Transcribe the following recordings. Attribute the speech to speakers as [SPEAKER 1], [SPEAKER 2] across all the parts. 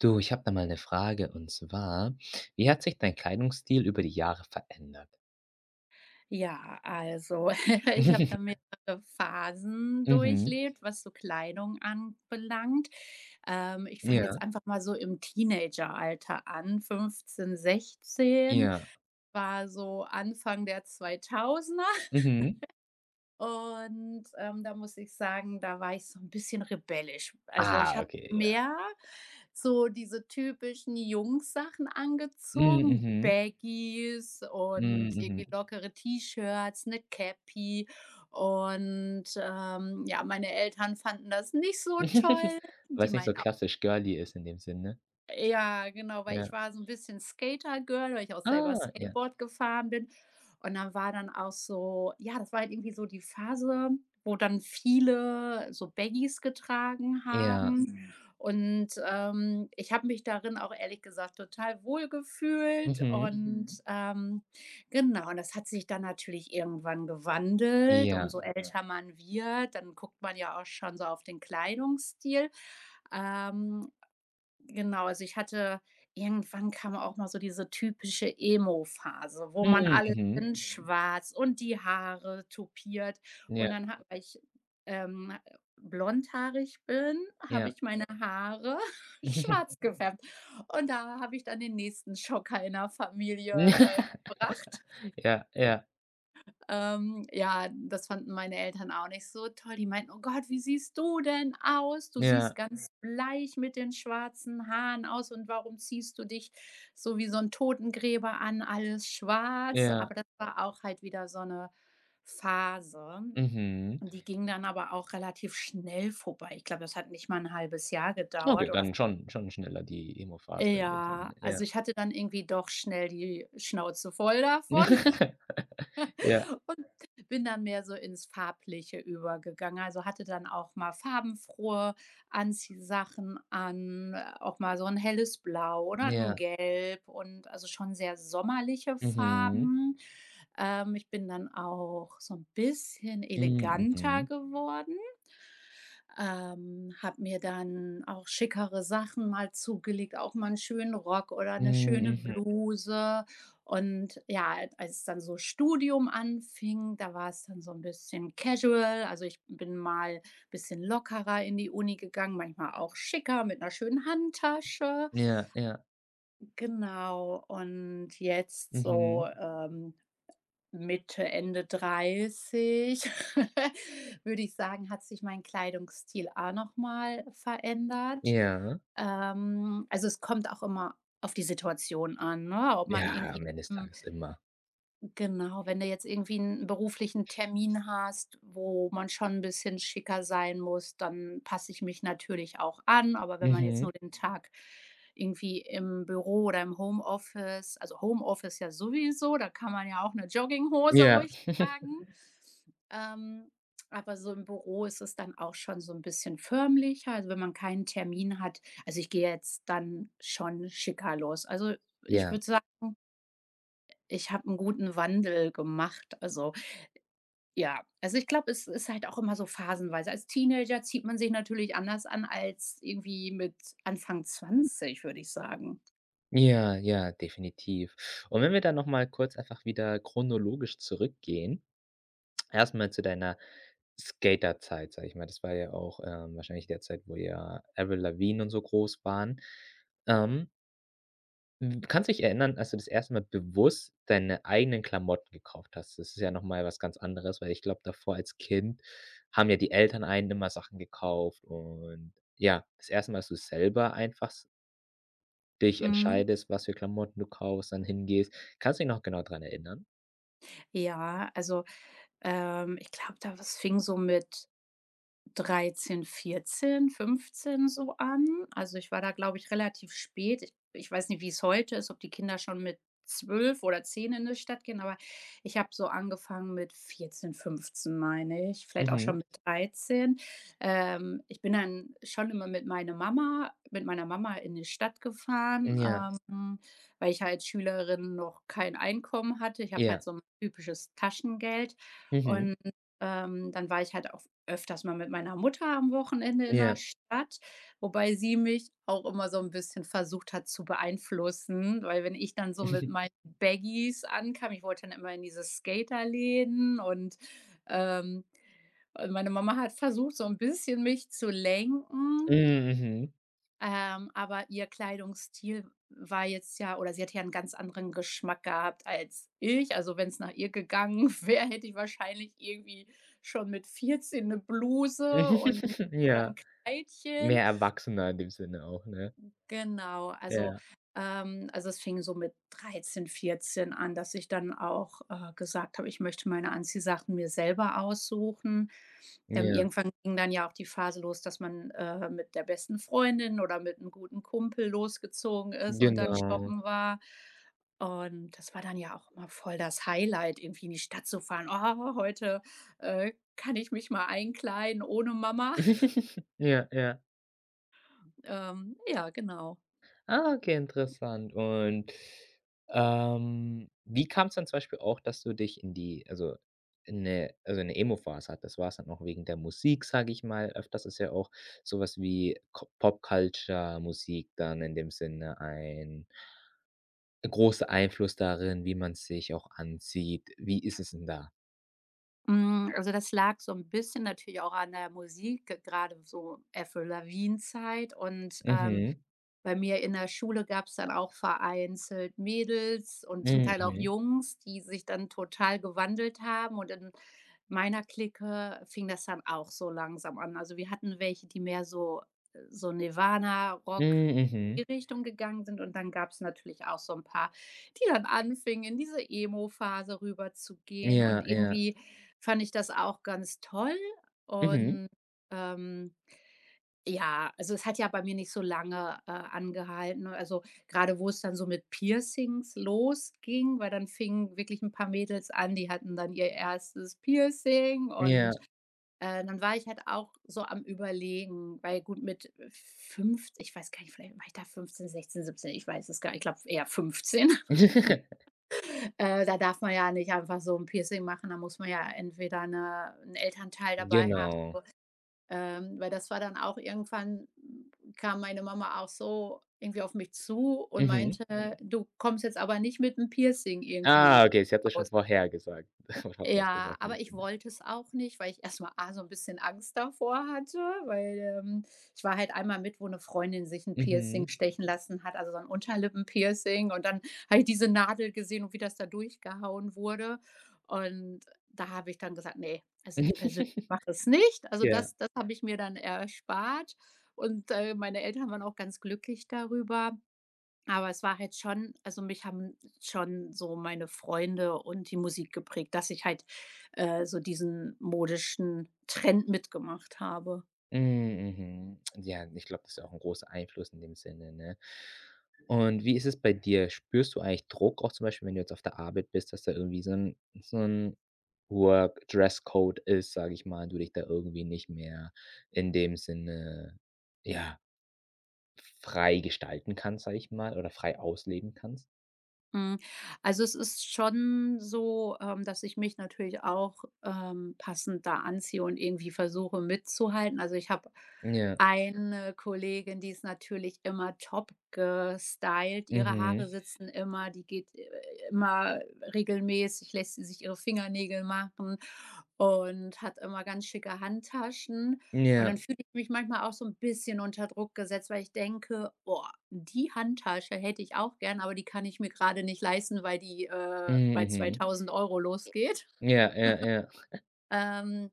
[SPEAKER 1] Du, ich habe da mal eine Frage und zwar: Wie hat sich dein Kleidungsstil über die Jahre verändert?
[SPEAKER 2] Ja, also ich habe da mehrere Phasen
[SPEAKER 1] Mhm.
[SPEAKER 2] durchlebt, was so Kleidung anbelangt. Ich fange
[SPEAKER 1] Ja,
[SPEAKER 2] jetzt einfach mal so im Teenageralter an. 15, 16
[SPEAKER 1] ja.
[SPEAKER 2] war so Anfang der 2000er.
[SPEAKER 1] Mhm.
[SPEAKER 2] Und, da muss ich sagen, da war ich so ein bisschen rebellisch. Also, ich
[SPEAKER 1] Ah,
[SPEAKER 2] habe
[SPEAKER 1] okay, ja.
[SPEAKER 2] mehr so diese typischen Jungs-Sachen
[SPEAKER 1] Mhm,
[SPEAKER 2] angezogen,
[SPEAKER 1] mhm.
[SPEAKER 2] Baggies und
[SPEAKER 1] Mhm, mhm.
[SPEAKER 2] irgendwie lockere T-Shirts, 'ne Cappy. Und, ja, meine Eltern fanden das nicht so toll. Die
[SPEAKER 1] Weil's nicht so
[SPEAKER 2] meinen
[SPEAKER 1] klassisch girly ist in dem Sinne.
[SPEAKER 2] Ja, genau, weil ich
[SPEAKER 1] Ja.
[SPEAKER 2] war so 'n bisschen Skatergirl, weil ich auch selber
[SPEAKER 1] Ah, ja.
[SPEAKER 2] Skateboard gefahren bin. Und dann war dann auch so ja, das war halt irgendwie so die Phase, wo dann viele so Baggies getragen
[SPEAKER 1] Ja.
[SPEAKER 2] haben. Mhm. Und, ich habe mich darin auch ehrlich gesagt total wohl gefühlt
[SPEAKER 1] Mhm.
[SPEAKER 2] und, genau, und das hat sich dann natürlich irgendwann gewandelt.
[SPEAKER 1] Ja.
[SPEAKER 2] Umso älter man wird, dann guckt man ja auch schon so auf den Kleidungsstil. Ähm Genau, also ich hatte irgendwann kam auch mal so diese typische Emo-Phase, wo man
[SPEAKER 1] Mhm,
[SPEAKER 2] alles
[SPEAKER 1] mhm.
[SPEAKER 2] in schwarz und die Haare tupiert. Und
[SPEAKER 1] Ja,
[SPEAKER 2] dann ha weil ich, ähm, blondhaarig bin, habe
[SPEAKER 1] ja.
[SPEAKER 2] ich meine Haare schwarz gefärbt. Und da habe ich dann den nächsten Schocker in der Familie gebracht.
[SPEAKER 1] Ja, ja,
[SPEAKER 2] Ja, das fanden meine Eltern auch nicht so toll. Die meinten: „Oh Gott, wie siehst du denn aus? Du siehst
[SPEAKER 1] ja,
[SPEAKER 2] ganz bleich mit den schwarzen Haaren aus und warum ziehst du dich so wie so ein Totengräber an, alles schwarz?“
[SPEAKER 1] ja.
[SPEAKER 2] Aber das war auch halt wieder so eine Phase.
[SPEAKER 1] Mhm.
[SPEAKER 2] Und die ging dann aber auch relativ schnell vorbei. Ich glaube, das hat nicht mal ein halbes Jahr gedauert.
[SPEAKER 1] Okay,
[SPEAKER 2] Oder
[SPEAKER 1] dann schon schneller die Emo-Phase in dem Sinne,
[SPEAKER 2] ja,
[SPEAKER 1] ja.
[SPEAKER 2] also ich hatte dann irgendwie doch schnell die Schnauze voll davon.
[SPEAKER 1] Ja,
[SPEAKER 2] Und bin dann mehr so ins Farbliche übergegangen. Also, hatte dann auch mal farbenfrohe Anziehsachen an auch mal so ein helles Blau oder ein
[SPEAKER 1] ja.
[SPEAKER 2] Gelb und also schon sehr sommerliche
[SPEAKER 1] Mhm.
[SPEAKER 2] Farben. Ich bin dann auch so ein bisschen
[SPEAKER 1] Mhm,
[SPEAKER 2] eleganter
[SPEAKER 1] mhm.
[SPEAKER 2] geworden. Habe mir dann auch schickere Sachen mal zugelegt, auch mal 'n schönen Rock oder eine
[SPEAKER 1] Hm,
[SPEAKER 2] schöne
[SPEAKER 1] mhm.
[SPEAKER 2] Bluse. Und ja, als dann so Studium anfing, da war es dann so ein bisschen casual. Also, ich bin mal ein bisschen lockerer in die Uni gegangen, manchmal auch schicker mit einer schönen Handtasche.
[SPEAKER 1] Ja, ja.
[SPEAKER 2] Genau, und jetzt so,
[SPEAKER 1] Mhm.
[SPEAKER 2] Mitte, Ende dreißig, würde ich sagen, hat sich mein Kleidungsstil auch noch mal verändert.
[SPEAKER 1] Ja.
[SPEAKER 2] Also, es kommt auch immer auf die Situation an, ne? Ob man
[SPEAKER 1] Ja,
[SPEAKER 2] irgendwie
[SPEAKER 1] am Ende des
[SPEAKER 2] hm,
[SPEAKER 1] Tages immer.
[SPEAKER 2] genau, wenn du jetzt irgendwie einen beruflichen Termin hast, wo man schon ein bisschen schicker sein muss, dann passe ich mich natürlich auch an. Aber wenn man jetzt
[SPEAKER 1] Mhm.
[SPEAKER 2] nur den Tag irgendwie im Büro oder im Homeoffice, also Homeoffice ja sowieso, da kann man ja auch eine Jogginghose
[SPEAKER 1] Ja,
[SPEAKER 2] ruhig tragen. Ähm, aber so im Büro ist es dann auch schon so ein bisschen förmlicher. Also, wenn man keinen Termin hat, also, ich gehe jetzt dann schon schicker los. Also, ich
[SPEAKER 1] ja,
[SPEAKER 2] würde sagen, ich habe einen guten Wandel gemacht. Also, ja. Also, ich glaube, es ist halt auch immer so phasenweise. Als Teenager zieht man sich natürlich anders an als irgendwie mit Anfang 20, würde ich sagen.
[SPEAKER 1] ja, ja, definitiv. Und wenn wir dann noch mal kurz einfach wieder chronologisch zurückgehen, erstmal zu deiner Skaterzeit, sage ich mal. Das war ja auch, wahrscheinlich der Zeit, wo ja Avril Lavigne und so groß waren. Ähm Hm, kannst du dich erinnern, als du das erste Mal bewusst deine eigenen Klamotten gekauft hast? Das ist ja noch mal was ganz anderes, weil ich glaube, davor als Kind haben ja die Eltern einen immer Sachen gekauft und ja, das erste Mal, dass du selber einfach s dich
[SPEAKER 2] Mhm.
[SPEAKER 1] entscheidest, was für Klamotten du kaufst, dann hingehst. Kannst du dich noch genau dran erinnern?
[SPEAKER 2] Ja, also, ich glaube, da was fing so mit 13, 14, 15 so an. Also, ich war da, glaube ich, relativ spät. Ich weiß nicht, wie es heute ist, ob die Kinder schon mit 12 oder 10 in die Stadt gehen, aber ich habe so angefangen mit 14, 15, meine ich, vielleicht auch schon
[SPEAKER 1] Mhm.
[SPEAKER 2] mit 13. Ich bin dann schon immer mit meiner Mama in die Stadt gefahren,
[SPEAKER 1] Ja,
[SPEAKER 2] weil ich als Schülerin noch kein Einkommen hatte. Ich habe halt
[SPEAKER 1] ja.
[SPEAKER 2] so ein typisches Taschengeld
[SPEAKER 1] Mhm.
[SPEAKER 2] und, dann war ich halt auch öfters mal mit meiner Mutter am Wochenende in der
[SPEAKER 1] Ja.
[SPEAKER 2] Stadt, wobei sie mich auch immer so ein bisschen versucht hat zu beeinflussen, weil wenn ich dann so mit meinen Baggies ankam, ich wollte dann immer in diese Skaterläden und, ähm, meine Mama hat versucht, so ein bisschen mich zu lenken,
[SPEAKER 1] Mhm.
[SPEAKER 2] aber ihr Kleidungsstil war jetzt ja, oder sie hat ja einen ganz anderen Geschmack gehabt als ich. Also, wenn es nach ihr gegangen wäre, hätte ich wahrscheinlich irgendwie schon mit 14 eine Bluse und oder ein
[SPEAKER 1] Ja.
[SPEAKER 2] Kleidchen.
[SPEAKER 1] Mehr Erwachsener in dem Sinne auch, ne?
[SPEAKER 2] Genau, also,
[SPEAKER 1] Ja,
[SPEAKER 2] also es fing so mit 13, 14 an, dass ich dann auch gesagt habe, ich möchte meine Anziehsachen mir selber aussuchen.
[SPEAKER 1] ja,
[SPEAKER 2] Irgendwann ging dann ja auch die Phase los, dass man mit der besten Freundin oder mit einem guten Kumpel losgezogen ist und dann
[SPEAKER 1] genau.
[SPEAKER 2] shoppen war. Und das war dann ja auch immer voll das Highlight, irgendwie in die Stadt zu fahren. „Oh, heute kann ich mich mal einkleiden ohne Mama.“
[SPEAKER 1] Ja, ja.
[SPEAKER 2] Ja, genau.
[SPEAKER 1] Ah, okay, interessant. Und, wie kam es dann zum Beispiel auch, dass du dich in 'ne in eine Emo-Phase hattest? War es dann auch wegen der Musik, sage ich mal? Öfters ist ja auch sowas wie Co Pop-Culture, Musik dann in dem Sinne ein großer Einfluss darin, wie man sich auch anzieht. Wie ist es denn da?
[SPEAKER 2] Hm, also, das lag so ein bisschen natürlich auch an der Musik, g grade so Avril Lavigne-Zeit und,
[SPEAKER 1] Mhm.
[SPEAKER 2] bei mir in der Schule gab es dann auch vereinzelt Mädels und zum
[SPEAKER 1] Mhm,
[SPEAKER 2] Teil auch
[SPEAKER 1] mhm.
[SPEAKER 2] Jungs, die sich dann total gewandelt haben, und in meiner Clique fing das dann auch so langsam an. Also, wir hatten welche, die mehr so, so Nirvana, Rock,
[SPEAKER 1] Mhm, mhm.
[SPEAKER 2] in die Richtung gegangen sind, und dann gab es natürlich auch so ein paar, die dann anfingen, in diese Emo-Phase rüber zu gehen, und
[SPEAKER 1] Ja, ja.
[SPEAKER 2] irgendwie fand ich das auch ganz toll.
[SPEAKER 1] Mhm.
[SPEAKER 2] Und, ähm ja, also es hat ja bei mir nicht so lange angehalten, ne? Also, gerade wo es dann so mit Piercings losging, weil dann fingen wirklich ein paar Mädels an, die hatten dann ihr erstes Piercing,
[SPEAKER 1] Ja.
[SPEAKER 2] und dann war ich halt auch so am Überlegen, weil, gut, mit fünf ich weiß gar nicht, vielleicht war ich da 15, 16, 17, ich weiß es gar nicht, ich glaube eher 15. Da darf man ja nicht einfach so ein Piercing machen, da muss man ja entweder 'n Elternteil dabei haben,
[SPEAKER 1] Genau.
[SPEAKER 2] weil das war dann auch irgendwann kam meine Mama auch so irgendwie auf mich zu und
[SPEAKER 1] Mhm.
[SPEAKER 2] meinte: Mhm. „Du kommst jetzt aber nicht mit 'm Piercing
[SPEAKER 1] Ah,
[SPEAKER 2] irgendwie
[SPEAKER 1] okay, sie hat das
[SPEAKER 2] nach.“
[SPEAKER 1] schon vorhergesagt
[SPEAKER 2] Ja,
[SPEAKER 1] vorausgesagt in dem
[SPEAKER 2] aber ich
[SPEAKER 1] Sinne.
[SPEAKER 2] wollte es auch nicht, weil ich erstmal A, so ein bisschen Angst davor hatte, weil, ich war halt einmal mit, wo eine Freundin sich ein Piercing
[SPEAKER 1] Mhm.
[SPEAKER 2] stechen lassen hat, also so 'n Unterlippenpiercing, und dann habe ich diese Nadel gesehen und wie das da durchgehauen wurde. Und da habe ich dann gesagt: „Nee, also ich persönlich mache es nicht.“ Also
[SPEAKER 1] Ja.
[SPEAKER 2] das habe ich mir dann erspart, und meine Eltern waren auch ganz glücklich darüber. Aber es war halt schon, also, mich haben schon so meine Freunde und die Musik geprägt, dass ich halt so diesen modischen Trend mitgemacht habe.
[SPEAKER 1] Mhm, mhm. Ja, ich glaube, das ist auch ein großer Einfluss in dem Sinne, ne? Und wie ist es bei dir? Spürst du eigentlich Druck, auch zum Beispiel, wenn du jetzt auf der Arbeit bist, dass da irgendwie so 'n Work Dresscode ist, sage ich mal, und du dich da irgendwie nicht mehr in dem Sinne, ja, frei gestalten kannst, sage ich mal, oder frei ausleben kannst?
[SPEAKER 2] Hm, also, es ist schon so, dass ich mich natürlich auch passend da anziehe und irgendwie versuche mitzuhalten. Also, ich habe
[SPEAKER 1] Ja.
[SPEAKER 2] eine Kollegin, die ist natürlich immer top gestylt. Ihre Haare
[SPEAKER 1] Mhm.
[SPEAKER 2] sitzen immer, die geht immer regelmäßig, lässt sie sich ihre Fingernägel machen, und hat immer ganz schicke Handtaschen. Und dann
[SPEAKER 1] Ja.
[SPEAKER 2] fühle ich mich manchmal auch so ein bisschen unter Druck gesetzt, weil ich denke: „Oh, die Handtasche hätte ich auch gern, aber die kann ich mir gerade nicht leisten, weil die
[SPEAKER 1] Mhm,
[SPEAKER 2] bei
[SPEAKER 1] mhm.
[SPEAKER 2] 2.000 Euro losgeht.“
[SPEAKER 1] Ja, ja, ja.
[SPEAKER 2] Ähm.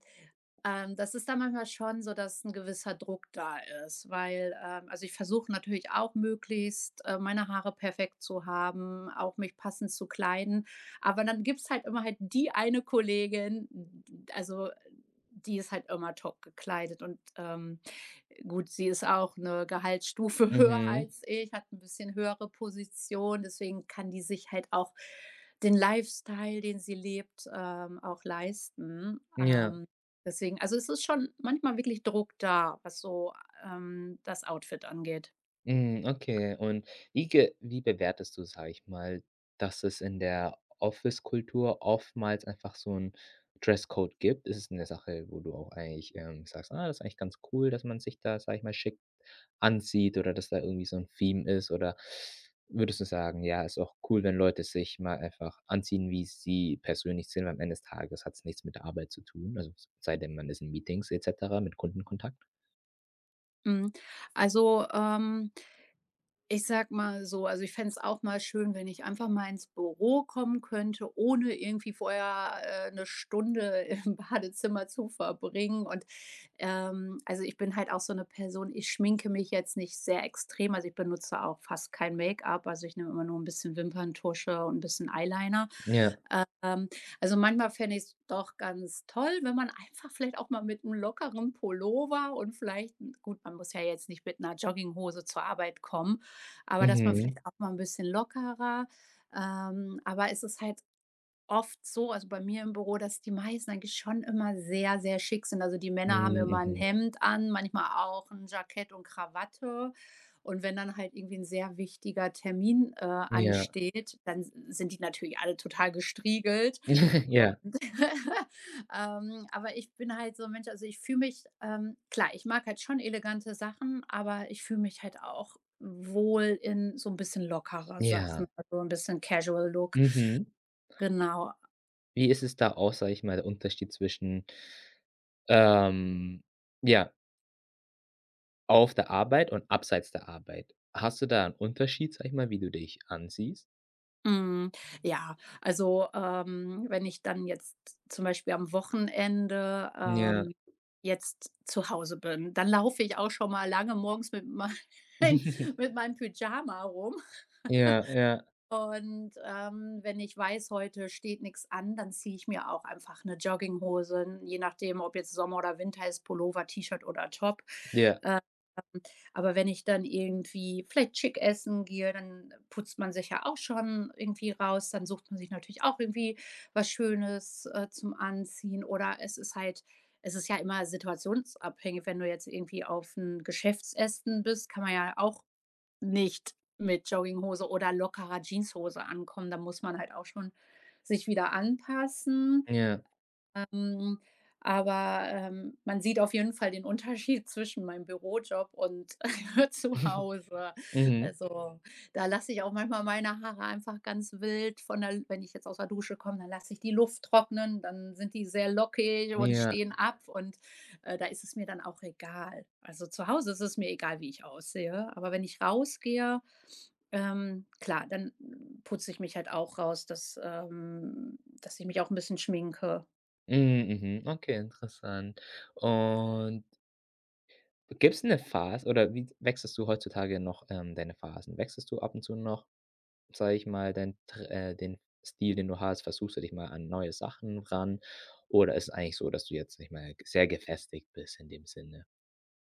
[SPEAKER 2] Das ist dann manchmal schon so, dass ein gewisser Druck da ist, weil, also, ich versuche natürlich auch möglichst meine Haare perfekt zu haben, auch mich passend zu kleiden. Aber dann gibt's halt immer halt die eine Kollegin, d also, die ist halt immer top gekleidet, und, gut, sie ist auch eine Gehaltsstufe höher
[SPEAKER 1] Mhm.
[SPEAKER 2] als ich, hat ein bisschen höhere Position, deswegen kann die sich halt auch den Lifestyle, den sie lebt, auch leisten.
[SPEAKER 1] Ja.
[SPEAKER 2] Deswegen, also, es ist schon manchmal wirklich Druck da, was so das Outfit angeht.
[SPEAKER 1] Mhm, okay. Und wie bewertest du, sage ich mal, dass es in der Office-Kultur oftmals einfach so 'n Dresscode gibt? Ist es 'ne Sache, wo du auch eigentlich, sagst: „Ah, das ist eigentlich ganz cool, dass man sich da, sage ich mal, schick anzieht oder dass da irgendwie so 'n Theme ist?“ Oder würdest du sagen: „Ja, ist auch cool, wenn Leute sich mal einfach anziehen, wie sie persönlich sind, weil am Ende des Tages hat's nichts mit der Arbeit zu tun?“ Also, s sei denn, man ist in Meetings et cetera mit Kundenkontakt?
[SPEAKER 2] Mhm. Also, ich sag mal so, also ich fände es auch mal schön, wenn ich einfach mal ins Büro kommen könnte, ohne irgendwie vorher 'ne Stunde im Badezimmer zu verbringen, und, also ich bin halt auch so eine Person, ich schminke mich jetzt nicht sehr extrem, also ich benutze auch fast kein Make-up, also ich nehme immer nur ein bisschen Wimperntusche und ein bisschen Eyeliner.
[SPEAKER 1] Ja.
[SPEAKER 2] Ähm, also, manchmal fände ich es doch ganz toll, wenn man einfach vielleicht auch mal mit einem lockeren Pullover und vielleicht gut, man muss ja jetzt nicht mit einer Jogginghose zur Arbeit kommen, aber dass man
[SPEAKER 1] Mhm.
[SPEAKER 2] vielleicht auch mal ein bisschen lockerer, aber es ist halt oft so, also bei mir im Büro, dass die meisten eigentlich schon immer sehr, sehr schick sind. Also die Männer haben
[SPEAKER 1] Mhm,
[SPEAKER 2] immer ein
[SPEAKER 1] mhm.
[SPEAKER 2] Hemd an, manchmal auch ein Jackett und Krawatte. Und wenn dann halt irgendwie ein sehr wichtiger Termin
[SPEAKER 1] Ja.
[SPEAKER 2] ansteht, dann sind die natürlich alle total gestriegelt.
[SPEAKER 1] Ja,
[SPEAKER 2] Und, aber ich bin halt so ein Mensch, also ich fühle mich klar, ich mag halt schon elegante Sachen, aber ich fühle mich halt auch wohl in so ein bisschen lockerer Sachen,
[SPEAKER 1] ja.
[SPEAKER 2] also ein bisschen Casual Look.
[SPEAKER 1] Mhm.
[SPEAKER 2] Genau.
[SPEAKER 1] Wie ist es da aus, sage ich mal, der Unterschied zwischen, ähm, ja, auf der Arbeit und abseits der Arbeit? Hast du da einen Unterschied, sage ich mal, wie du dich ansiehst?
[SPEAKER 2] Mhm. Ja, also, wenn ich dann jetzt zum Beispiel am Wochenende
[SPEAKER 1] Ja.
[SPEAKER 2] jetzt zu Hause bin, dann laufe ich auch schon mal lange morgens mit mein mit meinem Pyjama rum.
[SPEAKER 1] Ja, ja,
[SPEAKER 2] Und, wenn ich weiß, heute steht nichts an, dann ziehe ich mir auch einfach eine Jogginghose, je nachdem, ob jetzt Sommer oder Winter ist, Pullover, T-Shirt oder Top,
[SPEAKER 1] ja,
[SPEAKER 2] äh aber wenn ich dann irgendwie vielleicht schick essen gehe, dann putzt man sich ja auch schon irgendwie raus. Dann sucht man sich natürlich auch irgendwie was Schönes zum Anziehen. Oder es ist halt, es ist ja immer situationsabhängig. Wenn du jetzt irgendwie auf ein Geschäftsessen bist, kann man ja auch nicht mit Jogginghose oder lockerer Jeanshose ankommen. Da muss man halt auch schon sich wieder anpassen.
[SPEAKER 1] ja.
[SPEAKER 2] Hm, aber, man sieht auf jeden Fall den Unterschied zwischen meinem Bürojob und zu Hause.
[SPEAKER 1] Mhm.
[SPEAKER 2] Also, da lasse ich auch manchmal meine Haare einfach ganz wild von der, wenn ich jetzt aus der Dusche komme, dann lasse ich die Luft trocknen, dann sind die sehr lockig und
[SPEAKER 1] Ja.
[SPEAKER 2] stehen ab, und da ist es mir dann auch egal. Also, zu Hause ist es mir egal, wie ich aussehe, aber wenn ich rausgehe, klar, dann putze ich mich halt auch raus, dass ich mich auch ein bisschen schminke.
[SPEAKER 1] Mhm, mhm. Okay, interessant. Und gibt es eine Phase oder wie wechselst du heutzutage noch, deine Phasen? Wechselst du ab und zu noch? Sage ich mal, dein Tr den Stil, den du hast, versuchst du dich mal an neue Sachen ran? Oder ist es eigentlich so, dass du jetzt nicht mal sehr gefestigt bist in dem Sinne?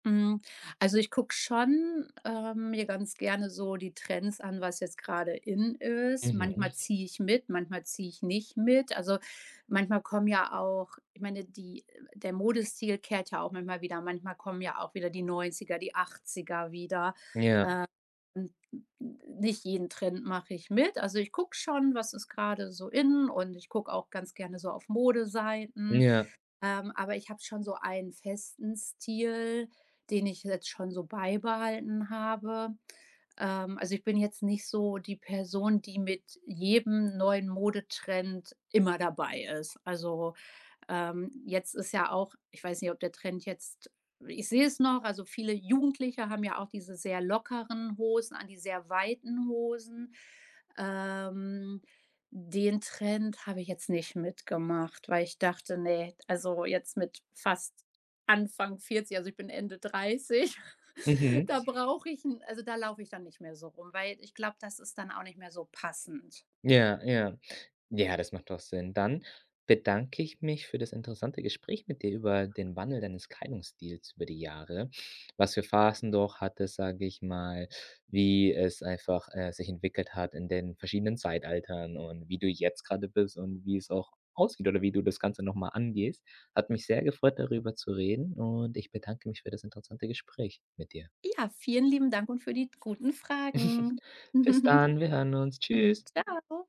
[SPEAKER 2] Hm, also, ich gucke schon mir ganz gerne so die Trends an, was jetzt gerade in ist.
[SPEAKER 1] Mhm.
[SPEAKER 2] Manchmal ziehe ich mit, manchmal ziehe ich nicht mit. Also, manchmal kommen ja auch, ich meine, die der Modestil kehrt ja auch manchmal wieder. Manchmal kommen ja auch wieder die Neunziger, die Achtziger wieder.
[SPEAKER 1] Ja,
[SPEAKER 2] Und nicht jeden Trend mache ich mit. Also, ich gucke schon, was ist gerade so in, und ich gucke auch ganz gerne so auf Modeseiten.
[SPEAKER 1] ja.
[SPEAKER 2] Aber ich habe schon so einen festen Stil, den ich jetzt schon so beibehalten habe. Also ich bin jetzt nicht so die Person, die mit jedem neuen Modetrend immer dabei ist. Also jetzt ist ja auch, ich weiß nicht, ob der Trend jetzt, ich sehe es noch, also viele Jugendliche haben ja auch diese sehr lockeren Hosen an, die sehr weiten Hosen. Ähm, Den Trend habe ich jetzt nicht mitgemacht, weil ich dachte: „Nee, also jetzt mit fast Anfang 40, also ich bin Ende 30,
[SPEAKER 1] Mhm.
[SPEAKER 2] da brauche ich 'n also da laufe ich dann nicht mehr so rum, weil ich glaube, das ist dann auch nicht mehr so passend.“
[SPEAKER 1] Ja, ja. Ja, das macht doch Sinn. Dann bedanke ich mich für das interessante Gespräch mit dir über den Wandel deines Kleidungsstils über die Jahre. Was für Phasen du auch hattest, sage ich mal, wie es einfach, sich entwickelt hat in den verschiedenen Zeitaltern und wie du jetzt gerade bist und wie es auch aussieht oder wie du das Ganze nochmal angehst. Hat mich sehr gefreut, darüber zu reden und ich bedanke mich für das interessante Gespräch mit dir.
[SPEAKER 2] Ja, vielen lieben Dank und für die guten Fragen.
[SPEAKER 1] Bis dann, wir hören uns. Tschüss.
[SPEAKER 2] Ciao.